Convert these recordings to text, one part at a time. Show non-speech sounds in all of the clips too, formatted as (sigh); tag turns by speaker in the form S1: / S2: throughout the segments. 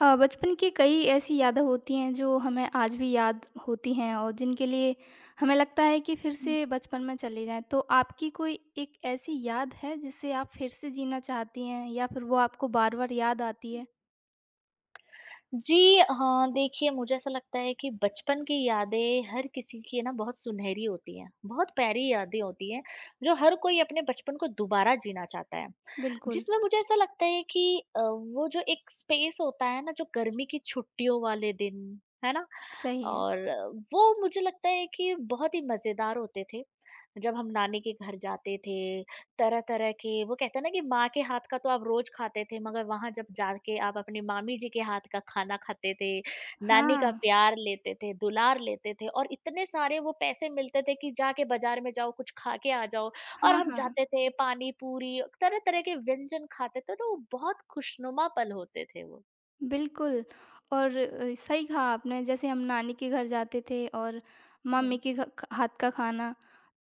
S1: बचपन की कई ऐसी यादें होती हैं जो हमें आज भी याद होती हैं और जिनके लिए हमें लगता है कि फिर
S2: हुँ।
S1: से बचपन में चले जाएं। तो आपकी कोई एक ऐसी याद है जिसे आप फिर से जीना चाहती हैं या फिर वो आपको बार बार याद आती है?
S2: जी हाँ, देखिए मुझे ऐसा लगता है कि बचपन की यादें हर किसी की ना बहुत सुनहरी होती हैं, बहुत प्यारी यादें होती हैं, जो हर कोई अपने बचपन को दोबारा जीना चाहता है।
S1: बिल्कुल।
S2: जिसमें मुझे ऐसा लगता है कि वो जो एक स्पेस होता है ना, जो गर्मी की छुट्टियों वाले दिन, है ना?
S1: सही है।
S2: और वो मुझे लगता है कि बहुत ही मज़ेदार होते थे। जब हम नानी के घर जाते थे तरह-तरह के वो कहते हैं ना कि माँ के हाथ का तो आप रोज़ खाते थे, मगर वहाँ जब जाके आप अपनी मामी जी के हाथ का खाना खाते थे, नानी का
S1: हाँ
S2: प्यार लेते थे, दुलार लेते थे और इतने सारे वो पैसे मिलते थे कि जाके बाज़ार में जाओ, कुछ खा के आ जाओ और
S1: हाँ।
S2: हम
S1: हाँ,
S2: जाते थे पानी पूरी, तरह-तरह के व्यंजन खाते थे, तो वो बहुत खुशनुमा पल होते थे वो।
S1: बिल्कुल। और सही कहा आपने, जैसे हम नानी के घर जाते थे और मम्मी
S2: हुँ,
S1: के हाथ का खाना,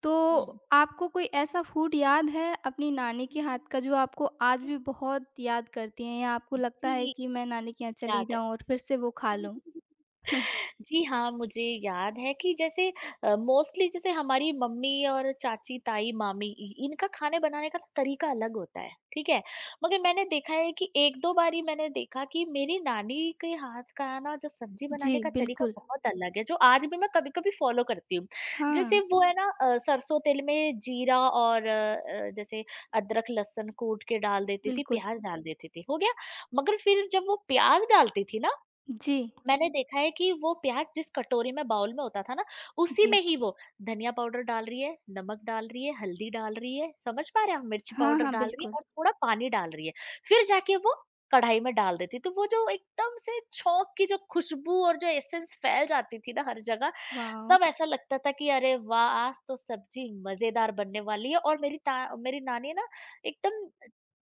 S1: तो
S2: हुँ।
S1: आपको कोई ऐसा फूड याद है अपनी नानी के हाथ का जो आपको आज भी बहुत याद करती हैं, या आपको लगता है
S2: जी,
S1: कि मैं नानी के यहाँ चली
S2: याद है।
S1: जाऊं और फिर से वो खा लूं? हम्म। (laughs)
S2: जी हाँ, मुझे याद है कि जैसे मोस्टली जैसे हमारी मम्मी और चाची, ताई, मामी इ इनका खाने बनाने का तरीका अलग होता है, ठीक है? मगर मैंने देखा है कि 1-2 बार ही मैंने देखा कि मेरी नानी के हाथ का ना जो सब्ज़ी
S1: जी,
S2: बनाने का तरीका
S1: बिल्कुल।
S2: बहुत अलग है, जो आज भी मैं कभी-कभी फ़ॉलो करती हूँ। जैसे
S1: हाँ।
S2: वो है ना सरसों तेल में जीरा और जैसे अदरक, लहसुन कूट के डाल देती थी,
S1: बिल्कुल।
S2: प्याज़ डाल देती थी, हो गया? मगर फिर जब वो प्याज़ डालती थी ना
S1: जी
S2: मैंने देखा है कि वो प्याज जिस कटोरी में बाउल में होता था ना, उसी
S1: जी।
S2: में ही वो धनिया पाउडर डाल रही है, नमक डाल रही है, हल्दी डाल रही है, समझ पा रहे हैं आप? मिर्ची
S1: हाँ
S2: पाउडर
S1: हाँ,
S2: डाल रही है
S1: बिल्कुल।
S2: और थोड़ा पानी डाल रही है। फिर जाके वो कढ़ाई में डाल देती। तो वो जो एकदम से छौंक की जो खुशबू और जो एसेंस फैल जाती थी ना हर जगह,
S1: वाह।
S2: तब ऐसा लगता था कि अरे वाह! आज तो सब्जी मज़ेदार बनने वाली है और मेरी नानी ना एकदम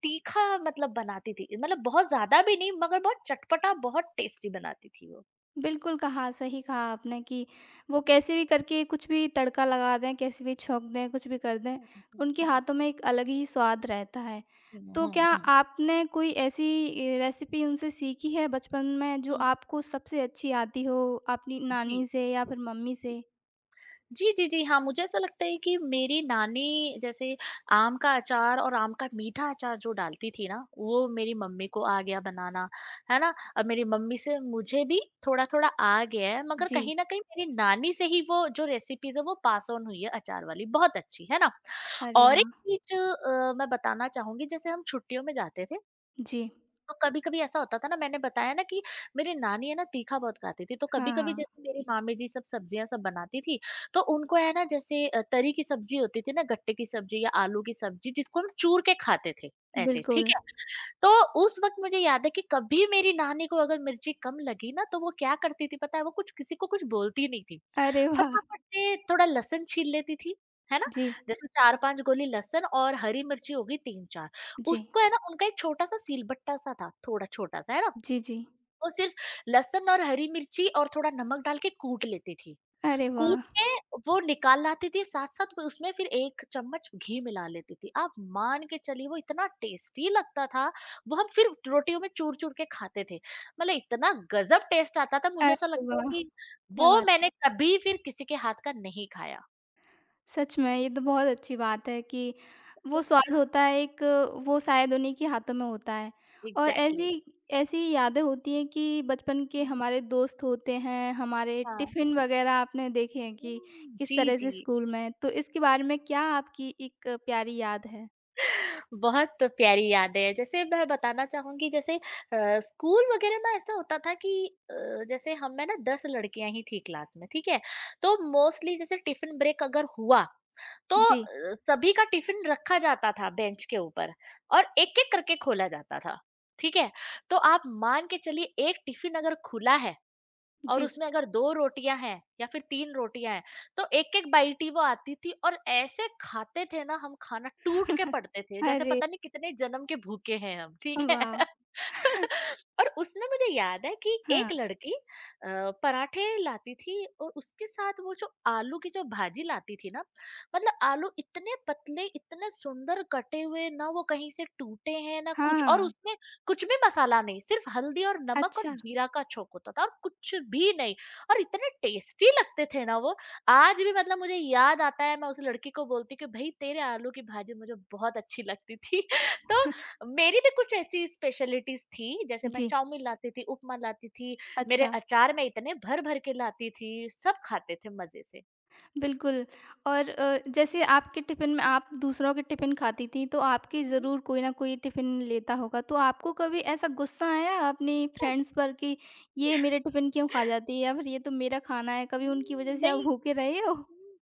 S2: तीखा मतलब बनाती थी। मतलब बहुत ज़्यादा भी नहीं मगर बहुत चटपटा, बहुत टेस्टी बनाती थी वो।
S1: बिल्कुल कहा, सही कहा आपने कि वो
S2: हुँ, हुँ,
S1: कैसे भी करके कुछ भी तड़का लगा दें, कैसे भी छौंक दें, कुछ भी कर दें,
S2: हुँ,
S1: उनके हाथों में एक अलग ही स्वाद रहता है।
S2: हुँ, हुँ,
S1: तो क्या
S2: हुँ, हुँ,
S1: आपने कोई ऐसी रेसिपी उनसे सीखी है बचपन में जो
S2: हुँ।
S1: आपको सबसे अच्छी आती हो, अपनी
S2: जी।
S1: नानी से या फिर मम्मी से?
S2: जी, जी, जी, हाँ, मुझे ऐसा लगता है कि मेरी नानी जैसे आम का अचार और आम का मीठा अचार जो डालती थी ना, वो मेरी मम्मी को आ गया बनाना, है ना? अब मेरी मम्मी से मुझे भी थोड़ा-थोड़ा आ गया है, मगर
S1: जी।
S2: कहीं न कहीं मेरी नानी से ही वो जो रेसिपीज़ है वो पास ऑन हुई है अचार वाली, बहुत अच्छी, है ना?
S1: अरे
S2: और एक
S1: वाह!
S2: चीज़ मैं बताना चाहूँगी जैसे हम छुट्टियों में जाते थे
S1: जी।
S2: तो कभी-कभी ऐसा होता था ना मैंने बताया ना कि मेरी नानी है ना तीखा बहुत खाती थी, तो कभी-कभी
S1: हाँ,
S2: जैसे मेरी मामी जी सब सब्जियाँ सब बनाती थी, तो उनको है ना जैसे तरी की सब्जी होती थी ना गट्टे की सब्जी या आलू की सब्जी जिसको हम चूर के खाते थे, ऐसे ठीक
S1: बिल्कुल।
S2: है। तो उस वक़्त मुझे याद है कि कभी मेरी नानी को अगर मिर्ची कम लगी ना तो वो क्या करती थी पता है? वो कुछ किसी को कुछ बोलती नहीं थी।
S1: अरे वाह!
S2: फटाफट से थोड़ा लहसुन छील लेती थी, है ना?
S1: जी,
S2: जैसे 4-5 गोली लहसुन और हरी मिर्ची हो गई 3-4
S1: जी।
S2: उसको है ना उनका एक छोटा-सा सिलबट्टा-सा था, थोड़ा छोटा-सा, है ना?
S1: जी, जी।
S2: और सिर्फ लहसुन और हरी मिर्ची और थोड़ा नमक डाल के कूट लेती थी।
S1: अरे
S2: कूट
S1: वाह!
S2: के वो निकाल लाती थी, साथ-साथ में उसमें फिर 1 चम्मच घी मिला लेती थी। आप मान के चलिए वो इतना टेस्टी लगता था, वो हम फिर रोटियों में चूर-चूर के खाते थे। मतलब इतना गज़ब टेस्ट आता था, मुझे ऐसा
S1: अरे
S2: लगता है
S1: वाह!
S2: कि
S1: क्या
S2: वो
S1: बात!
S2: मैंने कभी फिर किसी के हाथ का नहीं खाया।
S1: सच में, ये तो बहुत अच्छी बात है कि वो स्वाद
S2: (laughs)
S1: होता है एक, वो शायद उन्हीं के हाथों में होता है। और
S2: एग्ज़ैक्टली।
S1: ऐसी ऐसी यादें होती हैं कि बचपन के
S2: हुँ,
S1: हमारे दोस्त होते हैं, हमारे
S2: हाँ।
S1: टिफ़िन वग़ैरह आपने देखे हैं कि
S2: हुँ,
S1: किस
S2: जी,
S1: तरह से
S2: जी।
S1: स्कूल में, तो इसके बारे में क्या आपकी एक प्यारी याद है?
S2: बहुत प्यारी यादें हैं। जैसे मैं बताना चाहूँगी जैसे स्कूल वगैरह में ऐसा होता था कि जैसे हम में ना 10 लड़कियाँ ही थी क्लास में, ठीक है? तो मोस्टली जैसे टिफ़िन ब्रेक अगर हुआ, तो
S1: जी,
S2: सभी का टिफ़िन रखा जाता था बेंच के ऊपर और एक-एक करके खोला जाता था, ठीक है? तो आप मान के चलिए एक टिफ़िन अगर खुला है और
S1: जी।
S2: उसमें अगर 2 रोटियाँ हैं या फिर 3 रोटियाँ हैं, तो एक-एक बाईट ही वो आती थी और ऐसे खाते थे ना हम खाना टूट के
S1: (laughs)
S2: पड़ते थे, जैसे
S1: अरे
S2: पता नहीं कितने जन्म के भूखे हैं हम, ठीक है?
S1: वाह!
S2: (laughs) और उसमें मुझे याद है कि
S1: हाँ,
S2: एक लड़की पराठे लाती थी और उसके साथ वो जो आलू की जो भाजी लाती थी ना, मतलब आलू इतने पतले, इतने सुंदर कटे हुए, ना वो कहीं से टूटे हैं, ना कुछ और
S1: हाँ।
S2: उसमें कुछ भी मसाला नहीं, सिर्फ हल्दी और नमक और
S1: अच्छा।
S2: जीरा का छोंक होता था और कुछ भी नहीं और इतने टेस्टी लगते थे ना वो, आज भी मतलब मुझे याद आता है मैं उस लड़की को बोलती हूँ कि भई तेरे आलू की भाजी मुझे बहुत अच्छी लगती थी। (laughs) तो मेरी भी कुछ ऐसी स्पेशलिटीज़ थी, जैसे मैं
S1: जी।
S2: चाउमीन लाती थी, उपमा लाती थी, मेरे
S1: अच्छा।
S2: अचार मैं इतने भर-भर के लाती थी, सब खाते थे मज़े से।
S1: बिल्कुल। और जैसे आपके टिफ़िन में आप दूसरों के टिफ़िन खाती थीं, तो आपकी
S2: हुँ,
S1: ज़रूर कोई ना कोई टिफ़िन लेता होगा। तो आपको कभी ऐसा गुस्सा आया अपनी
S2: तब
S1: फ्रेंड्स पर कि ये मेरे टिफ़िन क्यों खा जाती है, या फिर ये तो मेरा खाना है, कभी उनकी वज़ह
S2: हुँ,
S1: से आप
S2: नहीं
S1: भूखे रहे हो?
S2: हुँ।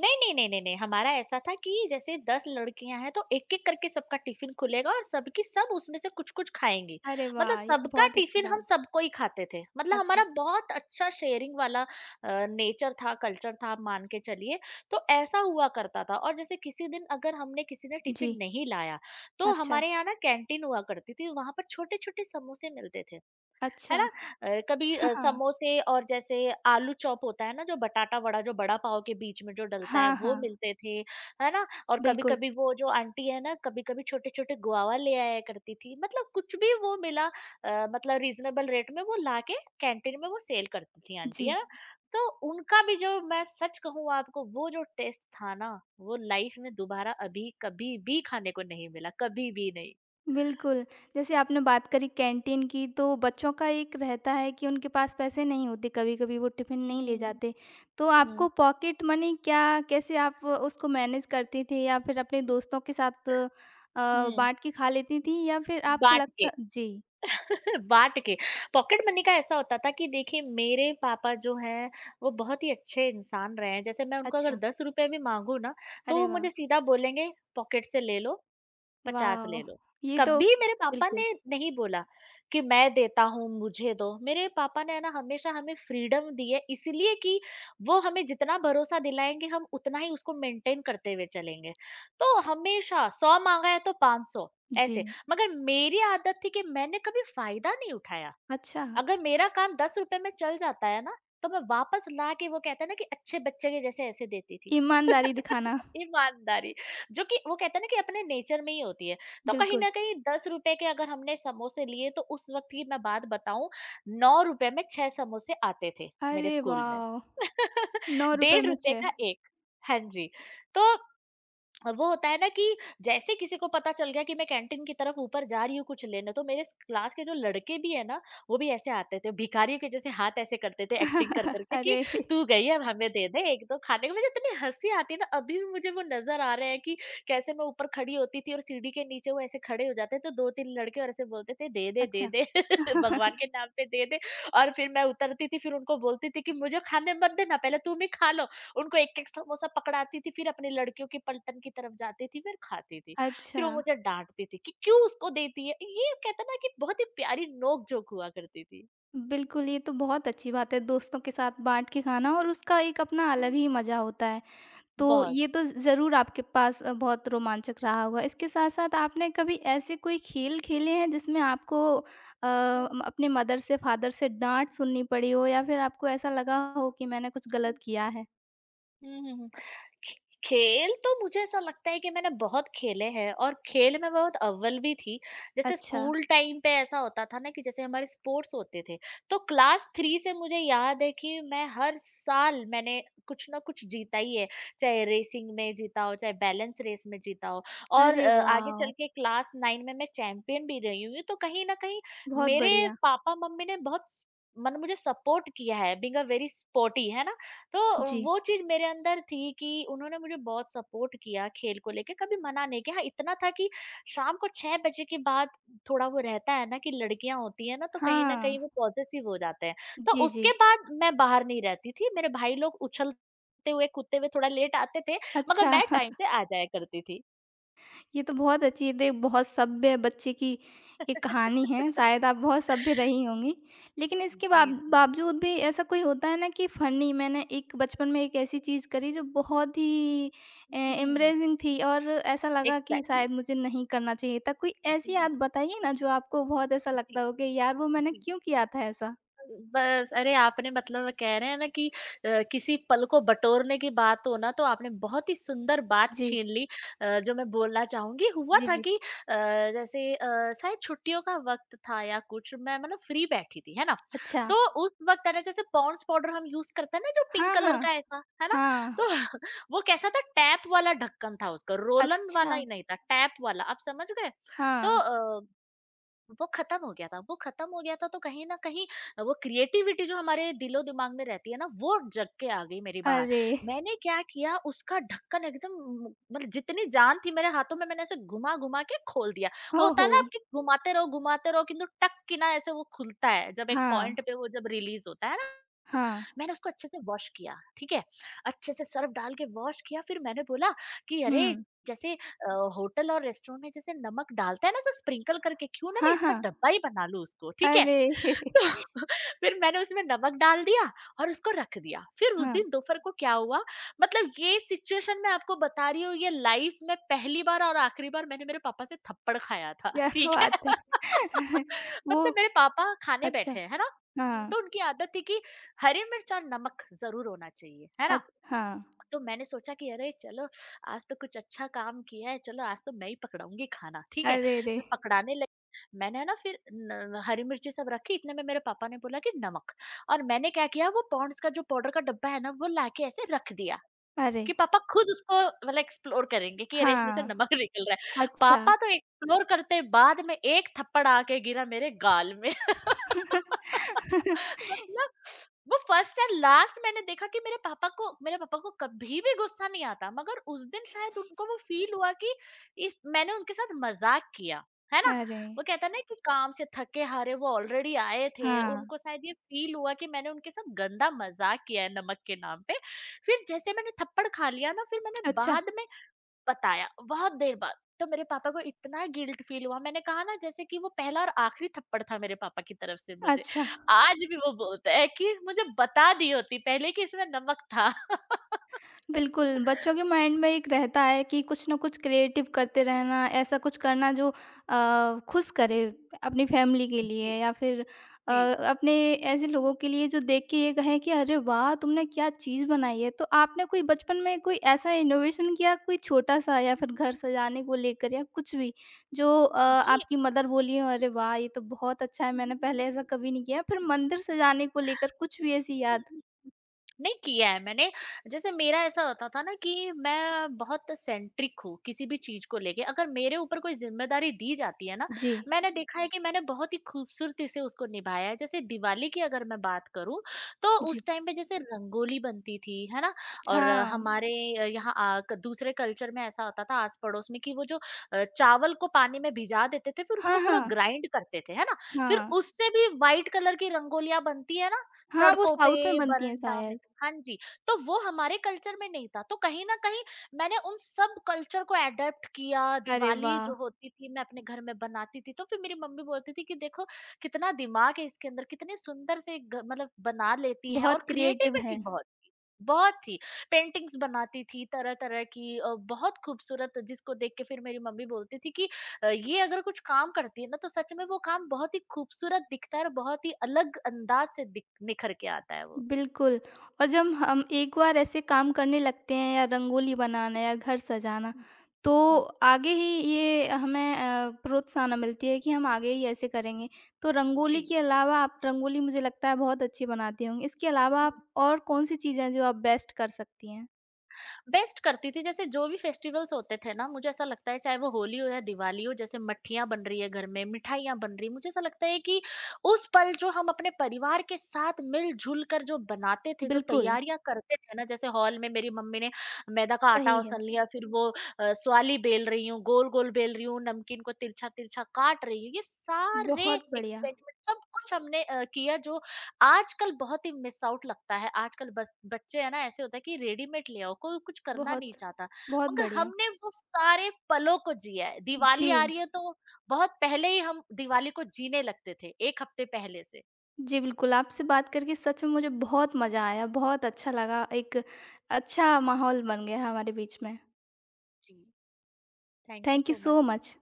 S2: नहीं, नहीं, नहीं, नहीं, नहीं, हमारा ऐसा था कि जैसे 10 लड़कियाँ हैं, तो एक-एक करके सबका टिफ़िन खुलेगा और सबकी सब उसमें से कुछ-कुछ खाएँगी।
S1: अरे
S2: मतलब
S1: वाह! ये तो
S2: सबका
S1: बहुत अच्छी
S2: टिफ़िन हम
S1: बात।
S2: सबको ही खाते थे। मतलब
S1: अच्छा।
S2: हमारा बहुत अच्छा शेयरिंग वाला नेचर था, कल्चर था, आप मान के चलिए। तो ऐसा हुआ करता था और जैसे किसी दिन अगर हमने किसी ने
S1: जी।
S2: टिफ़िन नहीं लाया, तो
S1: अच्छा,
S2: हमारे यहाँ ना कैंटीन हुआ करती थी, वहाँ पर छोटे-छोटे समोसे मिलते थे।
S1: अच्छा।
S2: है ना?
S1: (laughs)
S2: कभी
S1: हाँ, हाँ।
S2: समोसे और जैसे आलू चॉप होता है ना, जो बटाटा वड़ा जो बड़ा पाव के बीच में जो डलता है,
S1: हाँ,
S2: वो
S1: हाँ।
S2: मिलते थे, है ना? और
S1: बिल्कुल।
S2: कभी-कभी वो जो आंटी है ना, कभी-कभी छोटे-छोटे गुआवा ले आया करती थी। मतलब कुछ भी वो मिला मतलब रीज़नेबल रेट में वो लाके कैंटीन में वो सेल करती थी आंटी,
S1: जी।
S2: है ना? तो उनका भी जो मैं सच कहूँ आपको वो जो टेस्ट था ना, वो लाइफ में दोबारा अभी कभी भी खाने को नहीं मिला, कभी भी नहीं।
S1: बिल्कुल, जैसे आपने बात करी कैंटीन की, तो बच्चों का एक रहता है कि उनके पास पैसे नहीं होते, कभी-कभी वो टिफ़िन नहीं ले
S2: हुँ,
S1: जाते। तो
S2: हुँ,
S1: आपको पॉकेट मनी क्या, कैसे आप उसको मैनेज करती थीं, या फिर अपने दोस्तों के साथ
S2: हुँ।
S1: बाँट के खा लेती थीं, या फिर आपको
S2: बाँट
S1: लगता?
S2: के।
S1: जी।
S2: (laughs) बाँट के। पॉकेट मनी का ऐसा होता था कि देखिए मेरे पापा जो हैं वो बहुत ही अच्छे इंसान रहे हैं। जैसे मैं उनको अगर
S1: अच्छा।
S2: ₹10 भी माँगू ना, तो
S1: अरे
S2: वो
S1: वाह!
S2: मुझे सीधा बोलेंगे पॉकेट से ले लो 50
S1: वॉव!
S2: ले लो।
S1: ये तो...
S2: कभी मेरे पापा
S1: बिल्कुल।
S2: ने नहीं बोला कि मैं देता हूँ, मुझे दो। मेरे पापा ने है ना हमेशा हमें फ्रीडम दी है इसलिए कि वो हमें जितना भरोसा दिलाएँगे हम उतना ही उसको मेंटेन करते हुए चलेंगे। तो हमेशा 100 माँगा है तो 500
S1: जी।
S2: ऐसे। मगर मेरी आदत थी कि मैंने कभी फ़ायदा नहीं उठाया।
S1: अच्छा।
S2: अगर मेरा काम ₹10 में चल जाता है ना, तो मैं वापस ला के वो कहते हैं ना कि अच्छे बच्चे के जैसे ऐसे देती थी।
S1: ईमानदारी
S2: (laughs)
S1: दिखाना।
S2: ईमानदारी जो कि वो कहते हैं ना कि अपने नेचर में ही होती है। तो कहीं
S1: बिल्कुल।
S2: न कहीं ₹10 के अगर हमने समोसे लिए तो उस वक़्त की मैं बात बताऊँ ₹9 में 6 समोसे आते थे मेरे
S1: अरे
S2: स्कूल में।
S1: वाह!
S2: (laughs)
S1: ₹9 में
S2: ₹1.5
S1: 6?
S2: का 1 हाँ जी। तो अब वो होता है ना कि जैसे किसी को पता चल गया कि मैं कैंटीन की तरफ ऊपर जा रही हूँ कुछ लेने तो मेरे क्लास के जो लड़के भी है ना वो भी ऐसे आते थे भिखारियों के जैसे हाथ ऐसे करते थे एक्टिंग कर
S1: (laughs)
S2: करके कि
S1: अरे!
S2: तू गई अब हमें दे दे एक दो खाने को मुझे इतनी हंसी आती है ना अभी भी मुझे वो नजर आ रहा है कि कैसे मैं ऊपर खड़ी होती थी और सीढ़ी के नीचे वो ऐसे खड़े हो जाते तो दो तीन लड़के और ऐसे बोलते थे दे दे दे
S1: अच्छा।
S2: दे (laughs) भगवान
S1: (laughs)
S2: के नाम पे दे दे और फिर मैं उतरती थी फिर उनको बोलती थी कि मुझे खाने मत देना पहले तुम ही खा लो उनको एक-एक समोसा पकड़ाती थी, फिर अपने लड़कियों के पलटन की तरफ जाती थी, फिर खाती थी। फिर
S1: अच्छा।
S2: वो मुझे डाँटती थी कि क्यों उसको देती है? ये कहते हैं ना कि बहुत ही प्यारी नोक-झोंक हुआ करती थी।
S1: बिल्कुल, ये तो बहुत अच्छी बात है, दोस्तों के साथ बाँट के खाना और उसका एक अपना
S2: हुँ,
S1: अलग ही
S2: हुँ।
S1: मज़ा होता है। तो
S2: बहुत।
S1: ये तो ज़रूर आपके पास बहुत रोमांचक रहा होगा। इसके साथ-साथ आपने कभी ऐसे कोई खेल खेले हैं जिसमें आपको
S2: हुँ,
S1: म अपने मदर से, फादर से डाँट सुननी पड़ी हो, या फिर आपको ऐसा लगा हो कि मैंने कुछ गलत
S2: हुँ।
S1: किया है?
S2: हुँ, हुँ, हुँ। खे- खेल तो मुझे ऐसा लगता है कि मैंने बहुत खेले हैं और खेल में बहुत अव्वल भी थी। जैसे
S1: अच्छा।
S2: स्कूल टाइम पे ऐसा होता था ना कि जैसे हमारे स्पोर्ट्स होते थे, तो क्लास थ्री से मुझे याद है कि मैं हर साल मैंने कुछ ना कुछ जीता ही है। चाहे रेसिंग में जीता हो चाहे बैलेंस रेस में जीता हो और
S1: अरे
S2: आगे
S1: वाह!
S2: चल के क्लास नाइन में मैं चैंपियन भी रही हूँ, तो कहीं ना कहीं
S1: बहुत
S2: मेरे
S1: बढ़िया।
S2: पापा मम्मी ने बहुत मन मुझे सपोर्ट किया है। बिंग अ वेरी स्पोर्टी है ना, तो
S1: जी।
S2: वो चीज़ मेरे अंदर थी कि उन्होंने मुझे बहुत सपोर्ट किया खेल को लेके, कभी मना नहीं किया। हाँ, इतना था कि शाम को 6 बजे के बाद थोड़ा वो रहता है ना कि लड़कियाँ होती हैं ना, तो कहीं न
S1: हाँ।
S2: कहीं वो पॉसेसिव हो जाते हैं। तो
S1: जी, जी।
S2: उसके बाद मैं बाहर नहीं रहती थी, मेरे भाई लोग उछलते हुए, कूदते हुए थोड़ा लेट आते थे, मगर
S1: अच्छा।
S2: मैं टाइम से आ जाया करती थी।
S1: ये तो बहुत अच्छी दे बहुत सभ्य बच्चे की एक कहानी है।
S2: (laughs)
S1: शायद आप बहुत सभ्य रही होंगी। लेकिन इसके
S2: जी, जी।
S1: बावजूद भी ऐसा कोई होता है ना कि फ़नी, मैंने एक बचपन में एक ऐसी चीज़ करी जो बहुत ही
S2: हुँ,
S1: एम्ब्रेसिंग थी और ऐसा लगा कि
S2: एग्ज़ैक्टली।
S1: शायद मुझे नहीं करना चाहिए था। कोई
S2: जी,
S1: ऐसी याद
S2: जी,
S1: बताइए ना जो आपको बहुत ऐसा
S2: जी,
S1: लगता हो कि यार, वो मैंने
S2: जी।
S1: क्यों किया था ऐसा?
S2: बस, अरे आपने मतलब कह रहे हैं ना कि किसी पल को बटोरने की बात हो ना, तो आपने बहुत ही सुंदर बात
S1: जी।
S2: छीन ली। जो मैं बोलना चाहूंगी हुआ
S1: जी,
S2: था
S1: जी।
S2: कि जैसे शायद छुट्टियों का वक्त था या कुछ, मैं मतलब फ्री बैठी थी है ना।
S1: अच्छा।
S2: तो उस वक्त है ना, जैसे पॉन्ड्स पाउडर हम यूज करते हैं ना जो पिंक
S1: हाँ,
S2: कलर
S1: हाँ।
S2: का ऐसा है ना,
S1: हाँ।
S2: तो (laughs) वो कैसा था, टैप वाला ढक्कन था उसका, रोलन वाला
S1: अच्छा।
S2: ही नहीं था, टैप वाला, आप समझ गए। तो
S1: हाँ।
S2: अ, वो खत्म हो गया था, वो खत्म हो गया था, तो कहीं ना कहीं वो क्रिएटिविटी जो हमारे दिलो दिमाग में रहती है ना, वो जग के आ गई मेरी बाहर।
S1: अरे!
S2: मैंने क्या किया, उसका ढक्कन एकदम मतलब जितनी जान थी मेरे हाथों में मैंने ऐसे घुमा घुमा के खोल दिया। वो होता है
S1: ओहो!
S2: ना आपकी घुमाते रहो किंतु टक की ना ऐसे वो खुलता है जब एक
S1: हाँ।
S2: पॉइंट पे वो जब रिलीज होता है ना।
S1: हाँ।
S2: मैंने उसको अच्छे से वॉश किया, ठीक है? अच्छे से सर्फ़ डाल के वॉश किया, फिर मैंने बोला कि अरे!
S1: हुँ।
S2: जैसे होटल और रेस्टोरेंट में जैसे नमक डालता है ना ऐसे स्प्रिंकल करके, क्यों ना मैं
S1: हाँ,
S2: इसका
S1: हाँ।
S2: डब्बा ही बना लूँ उसको, ठीक है?
S1: अरे!
S2: तो
S1: (laughs)
S2: (laughs) फिर मैंने उसमें नमक डाल दिया और उसको रख दिया। फिर उस
S1: हाँ,
S2: दिन दोपहर को क्या हुआ, मतलब ये सिचुएशन मैं आपको बता रही हूँ, ये लाइफ में पहली बार और आखिरी बार मैंने मेरे पापा से थप्पड़ खाया था,
S1: क्या
S2: ठीक है?
S1: बात है!
S2: (laughs)
S1: (laughs) वो...
S2: मतलब मेरे पापा खाने
S1: अच्छा।
S2: बैठे हैं है ना,
S1: हाँ।
S2: तो उनकी आदत थी कि हरी मिर्च और नमक जरूर होना चाहिए है
S1: अच
S2: ना।
S1: हाँ।
S2: तो मैंने सोचा कि अरे चलो, आज तो कुछ अच्छा काम किया है, चलो आज तो मैं ही पकड़ाऊँगी खाना, ठीक है?
S1: अरे रे!
S2: मैं पकड़ाने लगी, मैंने है ना फिर न हरी मिर्ची सब रखी, इतने में मेरे पापा ने बोला कि नमक, और मैंने क्या किया वो पॉन्ड्स का जो पाउडर का डब्बा है ना वो लाके ऐसे रख दिया
S1: अरे!
S2: कि पापा खुद उसको मतलब एक्सप्लोर करेंगे कि अरे इसमें से
S1: हाँ।
S2: नमक (laughs) निकल रहा है।
S1: अच्छा।
S2: पापा तो एक्सप्लोर करते, बाद में एक थप्पड़ आके गिरा मेरे गाल में।
S1: (laughs)
S2: मतलब वो फर्स्ट एंड लास्ट मैंने देखा कि मेरे पापा को, मेरे पापा को कभी भी गुस्सा नहीं आता, मगर उस दिन शायद उनको वो फील हुआ कि इस मैंने उनके साथ मजाक किया है ना।
S1: अरे!
S2: वो कहता है ना कि काम से थके हारे वो ऑलरेडी आए थे,
S1: हाँ।
S2: उनको शायद ये फील हुआ कि मैंने उनके साथ गंदा मजाक किया है नमक के नाम पे। फिर जैसे मैंने थप्पड़ खा लिया ना, फिर मैंने
S1: अच्छा,
S2: बाद में बताया, बहुत देर बाद। तो मेरे पापा को इतना गिल्ट फील हुआ, मैंने कहा ना, जैसे कि वो पहला और आखिरी थप्पड़ था मेरे पापा की तरफ से मुझे।
S1: अच्छा।
S2: आज भी वो बोलते हैं कि मुझे बता दी होती पहले कि इसमें नमक था।
S1: बिल्कुल, बच्चों के माइंड में एक रहता है कि कुछ ना कुछ क्रिएटिव करते रहना, ऐसा कुछ करना जो खुश करे
S2: (laughs)
S1: अपनी फैमिली के
S2: जी,
S1: लिए या फिर
S2: जी।
S1: अपने ऐसे लोगों के लिए जो देख के ये कहें कि अरे वाह! तुमने क्या चीज़ बनाई है। तो आपने कोई बचपन में कोई ऐसा इनोवेशन किया कोई छोटा-सा या फिर घर सजाने को लेकर या कुछ भी जो
S2: जी।
S1: आपकी मदर बोली हो अरे वाह! ये तो बहुत अच्छा है, मैंने पहले ऐसा कभी नहीं किया। फिर मंदिर सजाने को लेकर कुछ भी ऐसी याद?
S2: (laughs) नहीं किया है मैंने। जैसे मेरा ऐसा होता था ना कि मैं बहुत सेंट्रिक हूँ किसी भी चीज़ को लेके। अगर मेरे ऊपर कोई ज़िम्मेदारी दी जाती है ना,
S1: जी,
S2: मैंने देखा है कि मैंने बहुत ही खूबसूरती से उसको निभाया है। जैसे दिवाली की अगर मैं बात करूँ, तो
S1: जी।
S2: उस टाइम पे जैसे रंगोली बनती थी, है ना? और
S1: हाँ।
S2: हमारे यहाँ क दूसरे कल्चर में ऐसा होता था आस-पड़ोस में कि वो जो चावल को पानी में भिगा देते थे, फिर उसको
S1: हाँ,
S2: पूरा
S1: हाँ।
S2: ग्राइंड करते थे, है ना? फिर
S1: हाँ।
S2: उससे भी व्हाइट कलर की रंगोलियाँ बनती है ना,
S1: हाँ, वो
S2: सड़कों
S1: साउथ में
S2: पे,
S1: बनती हैं
S2: बरंडा में।
S1: शायद।
S2: हाँ जी, तो वो हमारे कल्चर में नहीं था, तो कहीं न कहीं मैंने उन सब कल्चर को एडॉप्ट किया,
S1: अरे
S2: दिवाली
S1: वाह!
S2: जो होती थी मैं अपने घर में बनाती थी, तो फिर मेरी मम्मी बोलती थी कि देखो कितना दिमाग है इसके अंदर, कितने सुंदर से ग मतलब बना लेती है,
S1: बहुत
S2: और
S1: क्रिएटिव
S2: क्रिएटिविटी
S1: है।
S2: बहुत थी, बहुत थी। पेंटिंग्स बनाती थी तरह-तरह की, बहुत खूबसूरत, जिसको देख के फिर मेरी मम्मी बोलती थी कि ये अगर कुछ काम करती है ना, तो सच में वो काम बहुत ही खूबसूरत दिखता है और बहुत ही अलग अंदाज से दिख निखर के आता है वो।
S1: बिल्कुल। और जब हम एक बार ऐसे काम करने लगते हैं, या रंगोली बनाना या घर सजाना, तो आगे ही ये हमें प्रोत्साहन मिलती है कि हम आगे ही ऐसे करेंगे। तो रंगोली
S2: जी।
S1: के अलावा आप... रंगोली मुझे लगता है बहुत अच्छी बनाती होंगी। इसके अलावा आप और कौन-सी चीज़ें हैं जो आप बेस्ट कर सकती हैं?
S2: बेस्ट करती थी, जैसे जो भी फेस्टिवल्स होते थे ना, मुझे ऐसा लगता है, चाहे वो होली हो या दिवाली हो, जैसे मट्ठियाँ बन रही है घर में, मिठाइयाँ बन रही हैं, मुझे ऐसा लगता है कि उस पल जो हम अपने परिवार के साथ मिल-जुल कर जो बनाते थे, जो
S1: बिल्कुल।
S2: तैयारियाँ करते थे ना, जैसे हॉल में मेरी मम्मी ने मैदा का आटा
S1: सही है।
S2: औसन लिया, फिर वो स्वाली बेल रही हूँ, गोल-गोल बेल रही हूँ, नमकीन को तिरछा-तिरछा काट रही हूँ, ये सारे
S1: बहुत बढ़िया।
S2: एक्सपेरिमेंट सब कुछ हमने किया, जो आजकल बहुत ही मिस आउट लगता है। आजकल बस बच्चे है ना ऐसे होता है कि रेडीमेड ले आओ, कोई कुछ करना नहीं
S1: बहुत,
S2: चाहता।
S1: बहुत
S2: मगर
S1: बढ़िया।
S2: हमने वो सारे पलों को जिया है।
S1: जी।
S2: दिवाली आ रही है तो बहुत पहले ही हम दिवाली को जीने लगते थे, 1 हफ्ते पहले से।
S1: जी, बिल्कुल, आपसे बात करके सच में मुझे बहुत मज़ा आया, बहुत अच्छा लगा, एक अच्छा माहौल बन गया हमारे बीच में।
S2: जी, thank you
S1: thank you
S2: so
S1: so
S2: much.
S1: Much.